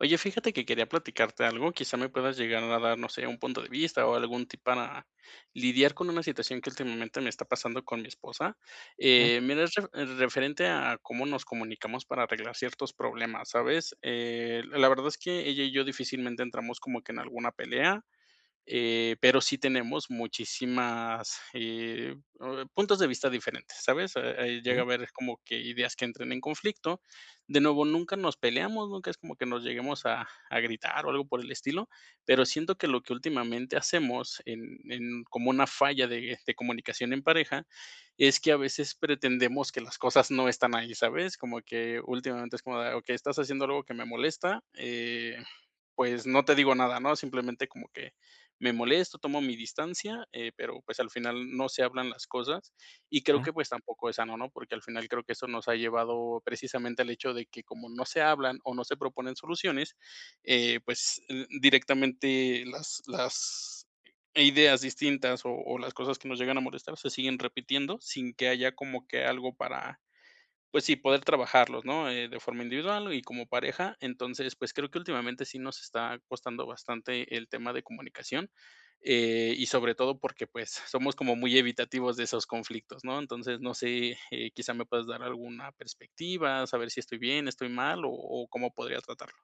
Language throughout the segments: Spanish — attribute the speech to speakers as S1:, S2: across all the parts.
S1: Oye, fíjate que quería platicarte algo, quizá me puedas llegar a dar, no sé, un punto de vista o algún tip para lidiar con una situación que últimamente me está pasando con mi esposa.
S2: Ah,
S1: Mira, es referente a cómo nos comunicamos para arreglar ciertos problemas, ¿sabes? La verdad es que ella y yo difícilmente entramos como que en alguna pelea, pero sí tenemos muchísimas puntos de vista diferentes, ¿sabes? Llega
S2: okey,
S1: a haber como que ideas que entren en conflicto. De nuevo, nunca nos peleamos, nunca es como que nos lleguemos a gritar o algo por el estilo, pero siento que lo que últimamente hacemos en como una falla de comunicación en pareja es que a veces pretendemos que las cosas no están ahí, ¿sabes? Como que últimamente es como, de, ok, estás haciendo algo que me molesta, pues no te digo nada, ¿no? Simplemente como que me molesto, tomo mi distancia, pero pues al final no se hablan las cosas y creo
S2: ah,
S1: que pues tampoco es sano, ¿no? Porque al final creo que eso nos ha llevado precisamente al hecho de que como no se hablan o no se proponen soluciones, pues directamente las ideas distintas o las cosas que nos llegan a molestar se siguen repitiendo sin que haya como que algo pues sí, poder trabajarlos, ¿no? De forma individual y como pareja. Entonces, pues creo que últimamente sí nos está costando bastante el tema de comunicación, y sobre todo porque, pues, somos como muy evitativos de esos conflictos, ¿no? Entonces, no sé, quizá me puedas dar alguna perspectiva, saber si estoy bien, estoy mal o cómo podría tratarlo.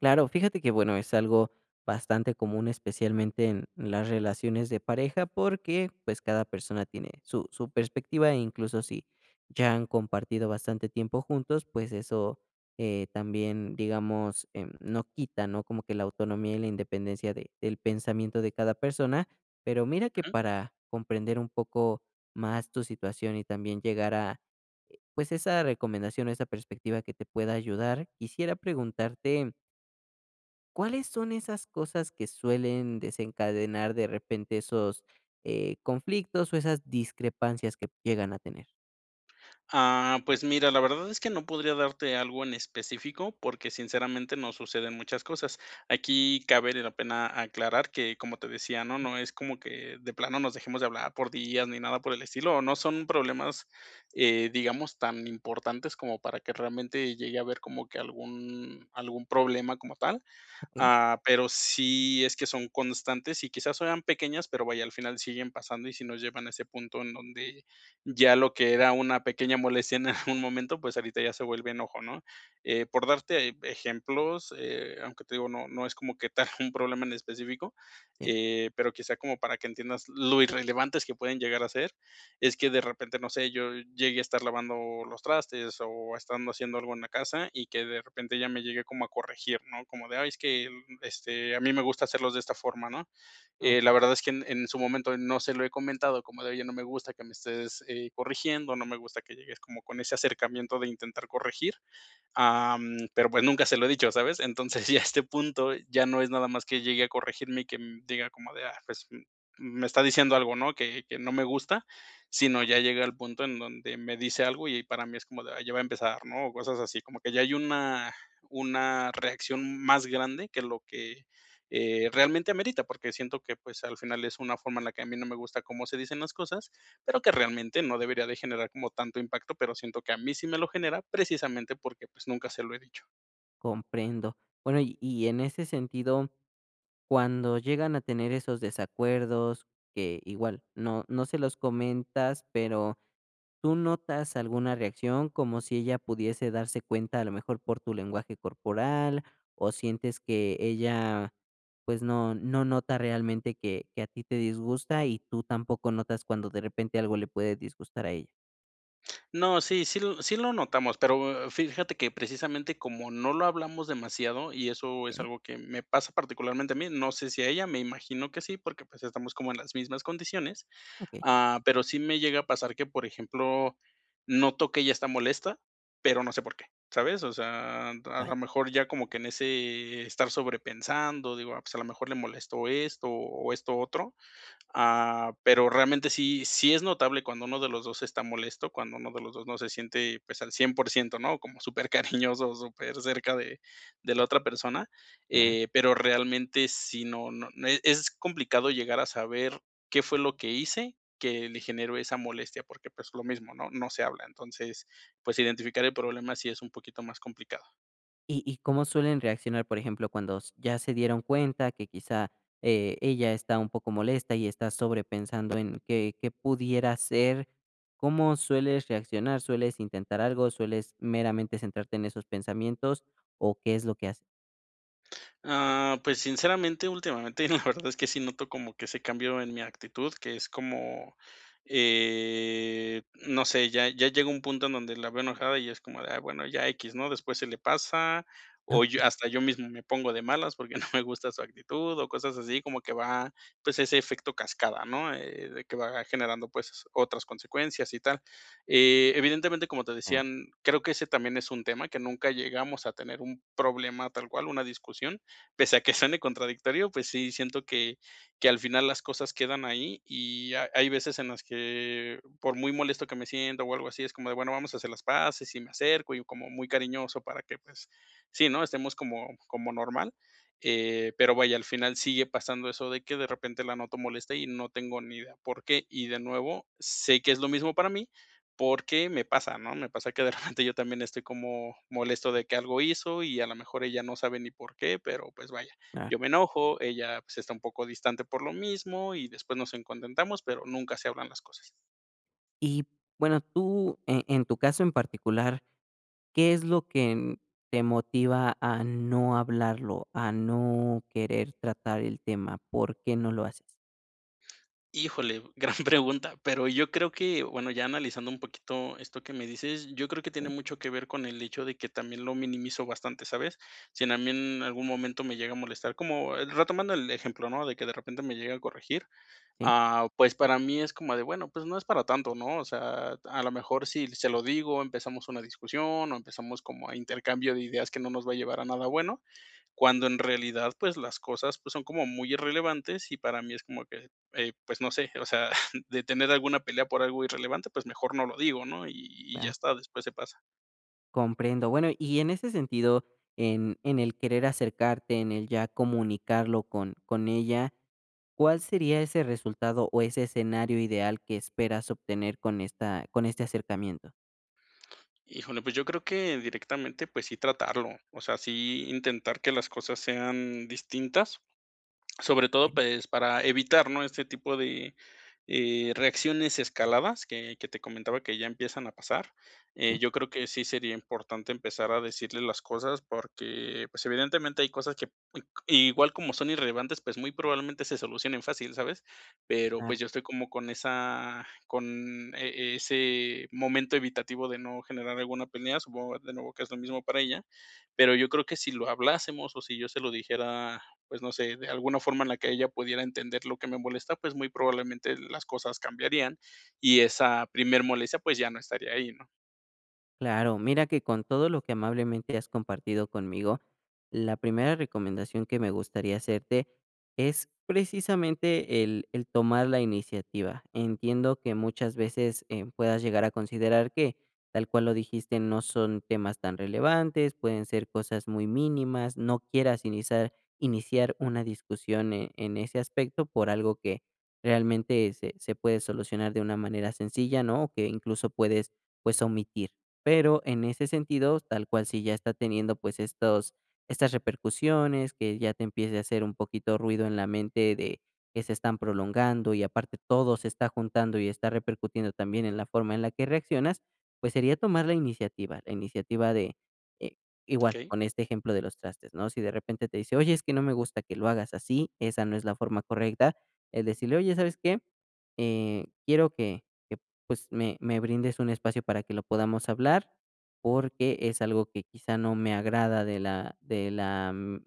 S2: claro, fíjate que, bueno, es algo bastante común, especialmente en las relaciones de pareja, porque, pues, cada persona tiene su perspectiva, e incluso si ya han compartido bastante tiempo juntos, pues, eso, también, digamos, no quita, ¿no?, como que la autonomía y la independencia de del pensamiento de cada persona. Pero mira que para comprender un poco más tu situación y también llegar a pues esa recomendación o esa perspectiva que te pueda ayudar, quisiera preguntarte, ¿cuáles son esas cosas que suelen desencadenar de repente esos conflictos o esas discrepancias que llegan a tener?
S1: Ah, pues mira, la verdad es que no podría darte algo en específico porque sinceramente no suceden muchas cosas. Aquí cabe la pena aclarar que, como te decía, ¿no? No es como que de plano nos dejemos de hablar por días ni nada por el estilo, o no son problemas, digamos, tan importantes como para que realmente llegue a haber como que algún problema como tal.
S2: Ok,
S1: Ah, pero sí es que son constantes y quizás sean pequeñas, pero vaya, al final siguen pasando y si nos llevan a ese punto en donde ya lo que era una pequeña molestia en algún momento, pues ahorita ya se vuelve enojo, ¿no? Por darte ejemplos, aunque te digo, no, no es como que tal un problema en específico,
S2: sí.
S1: pero quizá como para que entiendas lo irrelevantes que pueden llegar a ser, es que de repente, no sé, yo llegué a estar lavando los trastes o estando haciendo algo en la casa y que de repente ya me llegué como a corregir, ¿no? Como de, ay, es que este, a mí me gusta hacerlos de esta forma, ¿no?
S2: Ok,
S1: La verdad es que en su momento no se lo he comentado, como de, oye, no me gusta que me estés corrigiendo, no me gusta que llegues como con ese acercamiento de intentar corregir. Pero pues nunca se lo he dicho, ¿sabes? Entonces, ya a este punto ya no es nada más que llegue a corregirme y que m diga como de: "Ah, pues, m me está diciendo algo, ¿no? Que no me gusta", sino ya llega al punto en donde me dice algo y para mí es como de: "Ah, ya va a empezar", ¿no? O cosas así, como que ya hay una reacción más grande que lo que, realmente amerita, porque siento que, pues, al final es una forma en la que a mí no me gusta cómo se dicen las cosas pero que realmente no debería de generar como tanto impacto, pero siento que a mí sí me lo genera precisamente porque pues nunca se lo he dicho.
S2: comprendo. Bueno, y en ese sentido, cuando llegan a tener esos desacuerdos, que igual no se los comentas, pero ¿tú notas alguna reacción como si ella pudiese darse cuenta a lo mejor por tu lenguaje corporal o sientes que ella pues no nota realmente que a ti te disgusta y tú tampoco notas cuando de repente algo le puede disgustar a ella?
S1: No, sí, sí, sí lo notamos, pero fíjate que precisamente como no lo hablamos demasiado y eso es
S2: Ok,
S1: algo que me pasa particularmente a mí, no sé si a ella, me imagino que sí, porque pues estamos como en las mismas condiciones.
S2: ok,
S1: Ah, pero sí me llega a pasar que, por ejemplo, noto que ella está molesta, pero no sé por qué, ¿sabes? O sea, a
S2: vale.
S1: lo mejor ya como que en ese estar sobrepensando, digo, ah, pues a lo mejor le molestó esto o esto otro. Ah, pero realmente sí, sí es notable cuando uno de los 2 está molesto, cuando uno de los 2 no se siente, pues, al 100%, ¿no? Como súper cariñoso, supercariñoso, cerca de la otra persona, pero realmente sí, no, no, no, es complicado llegar a saber qué fue lo que hice que le generó esa molestia, porque, pues, lo mismo, ¿no? No se habla. Entonces, pues, identificar el problema sí es un poquito más complicado.
S2: Y cómo suelen reaccionar, por ejemplo, cuando s ya se dieron cuenta que quizá, ella está un poco molesta y está sobrepensando en qué qué pudiera ser? ¿Cómo sueles reaccionar? ¿Sueles intentar algo? ¿Sueles meramente centrarte en esos pensamientos? ¿O qué es lo que haces?
S1: Ah, pues, sinceramente, últimamente, la verdad es que sí noto como que ese cambio en mi actitud, que es como, no sé, ya llega un punto en donde la veo enojada y es como de: "Ah, bueno, ya x, ¿no? Después se le pasa, o
S2: Okey,
S1: yo hasta yo mismo me pongo de malas porque no me gusta su actitud o cosas así", como que va, pues, ese efecto cascada, ¿no? De que va generando, pues, otras consecuencias y tal. Evidentemente, como te
S2: ah,
S1: decían, creo que ese también es un tema que nunca llegamos a tener un problema tal cual, una discusión, pese a que suene contradictorio, pues sí, siento que al final las cosas quedan ahí, y ha hay veces en las que, por muy molesto que me sienta o algo así, es como de, bueno, vamos a hacer las paces, y me acerco, y como muy cariñoso para que, pues, sí, ¿no?, estemos como como normal, pero vaya, al final sigue pasando eso de que de repente la noto molesta y no tengo ni idea por qué, y de nuevo, sé que es lo mismo para mí, porque me pasa, ¿no? Me pasa que de repente yo también estoy como molesto de que algo hizo y a lo mejor ella no sabe ni por qué, pero pues vaya,
S2: ah.
S1: yo me enojo, ella pues está un poco distante por lo mismo y después nos encontentamos, pero nunca se hablan las cosas.
S2: Y bueno, tú, en tu caso en particular, ¿qué es lo que, te motiva a no hablarlo, a no querer tratar el tema? ¿Por qué no lo haces?
S1: Híjole, gran pregunta, pero yo creo que, bueno, ya analizando un poquito esto que me dices, yo creo que tiene
S2: Eh,
S1: mucho que ver con el hecho de que también lo minimizo bastante, ¿sabes? Si en a mí en algún momento me llega a molestar, como retomando el ejemplo, ¿no? De que de repente me llega a corregir.
S2: sí,
S1: Ah, pues, para mí es como de, bueno, pues, no es para tanto, ¿no? O sea, a lo mejor si se lo digo, empezamos una discusión o empezamos como a intercambio de ideas que no nos va a llevar a nada bueno, cuando en realidad, pues, las cosas, pues, son como muy irrelevantes y para mí es como que, pues, no sé, o sea, de tener alguna pelea por algo irrelevante, pues, mejor no lo digo, ¿no? Y ya
S2: claro.
S1: está, después se pasa.
S2: Comprendo. Bueno, y en ese sentido, en el querer acercarte, en el ya comunicarlo con ella, ¿cuál sería ese resultado o ese escenario ideal que esperas obtener con esta, con este acercamiento?
S1: Híjole, pues, yo creo que directamente, pues, sí tratarlo, o sea, sí intentar que las cosas sean distintas. Sobre todo,
S2: Ok,
S1: pues, para evitar, ¿no?, este tipo de, reacciones escaladas que te comentaba que ya empiezan a pasar.
S2: ¿sí?
S1: Yo creo que sí sería importante empezar a decirle las cosas porque, pues, evidentemente hay cosas que igual como son irrelevantes, pues, muy probablemente se solucionen fácil, ¿sabes? Pero, pues, yo estoy como con esa, con ese momento evitativo de no generar alguna pelea, supongo de nuevo que es lo mismo para ella, pero yo creo que si lo hablásemos o si yo se lo dijera pues no sé, de alguna forma en la que ella pudiera entender lo que me molesta, pues muy probablemente las cosas cambiarían y esa primer molestia, pues ya no estaría ahí, ¿no?
S2: Claro, mira que con todo lo que amablemente has compartido conmigo, la primera recomendación que me gustaría hacerte es precisamente el tomar la iniciativa. Entiendo que muchas veces puedas llegar a considerar que, tal cual lo dijiste, no son temas tan relevantes, pueden ser cosas muy mínimas, no quieras iniciar una discusión en ese aspecto por algo que realmente se puede solucionar de una manera sencilla, ¿no? O que incluso puedes pues omitir. Pero en ese sentido, tal cual si ya está teniendo, pues, estos estas repercusiones, que ya te empiece a hacer un poquito ruido en la mente de que se están prolongando y aparte todo se está juntando y está repercutiendo también en la forma en la que reaccionas, pues, sería tomar la iniciativa de, eh, igual,
S1: Okey.
S2: con este ejemplo de los trastes, ¿no? Si de repente te dice: "Oye, es que no me gusta que lo hagas así, esa no es la forma correcta", el decirle: "Oye, ¿sabes qué? Quiero que pues, me brindes un espacio para que lo podamos hablar, porque es algo que quizá no me agrada de la,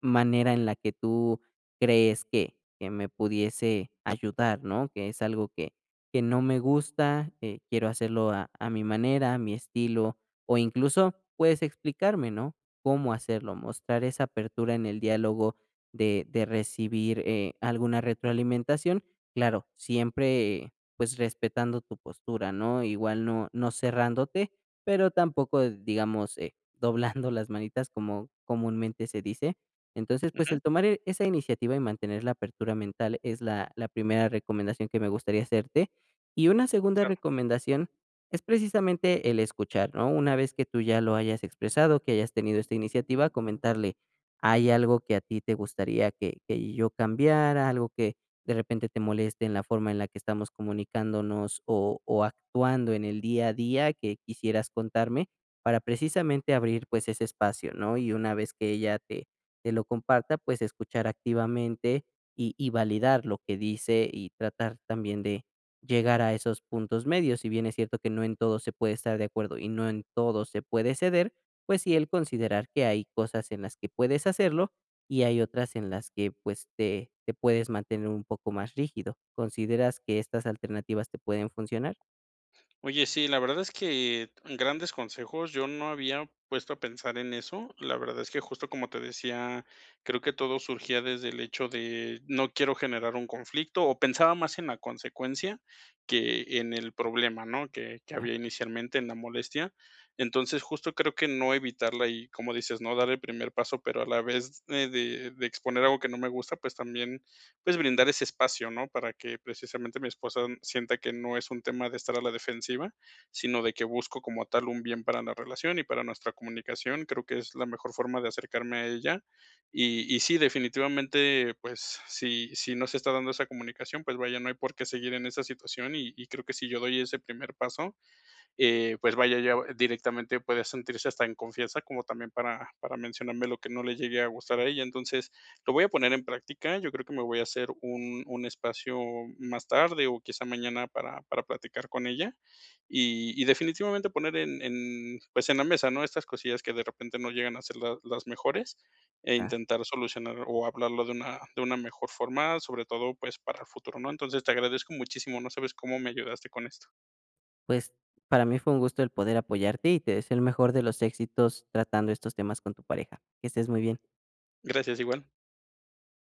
S2: manera en la que tú crees que me pudiese ayudar, ¿no? Que es algo que no me gusta, quiero hacerlo a mi manera, a mi estilo, o incluso puedes explicarme, ¿no? Cómo hacerlo, mostrar esa apertura en el diálogo de recibir, alguna retroalimentación. Claro, siempre pues, respetando tu postura, ¿no? Igual no cerrándote, pero tampoco, digamos, doblando las manitas, como comúnmente se dice. Entonces,
S1: Ujú,
S2: pues,
S1: claro.
S2: el tomar e esa iniciativa y mantener la apertura mental es la primera recomendación que me gustaría hacerte. Y una segunda recomendación es precisamente el escuchar, ¿no? Una vez que tú ya lo hayas expresado, que hayas tenido esta iniciativa, comentarle: "Hay algo que a ti te gustaría que yo cambiara, algo que de repente te moleste en la forma en la que estamos comunicándonos o actuando en el día a día que quisieras contarme para precisamente abrir pues ese espacio, ¿no? Y una vez que ella te, te lo comparta, pues escuchar activamente y validar lo que dice y tratar también de llegar a esos puntos medios. Si bien es cierto que no en todo se puede estar de acuerdo y no en todo se puede ceder, pues sí el considerar que hay cosas en las que puedes hacerlo y hay otras en las que, pues, te puedes mantener un poco más rígido. ¿Consideras que estas alternativas te pueden funcionar?
S1: Oye, sí, la verdad es que grandes consejos, yo no había puesto a pensar en eso. La verdad es que justo como te decía, creo que todo surgía desde el hecho de no quiero generar un conflicto o pensaba más en la consecuencia que en el problema, ¿no? Que
S2: Ah,
S1: había inicialmente en la molestia. Entonces, justo creo que no evitarla y, como dices, no dar el primer paso, pero a la vez de exponer algo que no me gusta, pues también pues brindar ese espacio, ¿no? Para que precisamente mi esposa sienta que no es un tema de estar a la defensiva, sino de que busco como tal un bien para la relación y para nuestra comunicación. Creo que es la mejor forma de acercarme a ella. Y sí, definitivamente, pues si, si no se está dando esa comunicación, pues vaya, no hay por qué seguir en esa situación y creo que si yo doy ese primer paso, pues vaya, ya directamente puede sentirse hasta en confianza, como también para mencionarme lo que no le llegue a gustar a ella. Entonces, lo voy a poner en práctica. Yo creo que me voy a hacer un espacio más tarde o quizá mañana para platicar con ella y definitivamente poner pues en la mesa, ¿no? Estas cosillas que de repente no llegan a ser las mejores e
S2: ah,
S1: intentar solucionar o hablarlo de una mejor forma, sobre todo pues para el futuro, ¿no? Entonces, te agradezco muchísimo. No sabes cómo me ayudaste con esto.
S2: pues, para mí fue un gusto el poder apoyarte y te deseo el mejor de los éxitos tratando estos temas con tu pareja. Que estés muy bien.
S1: Gracias igual.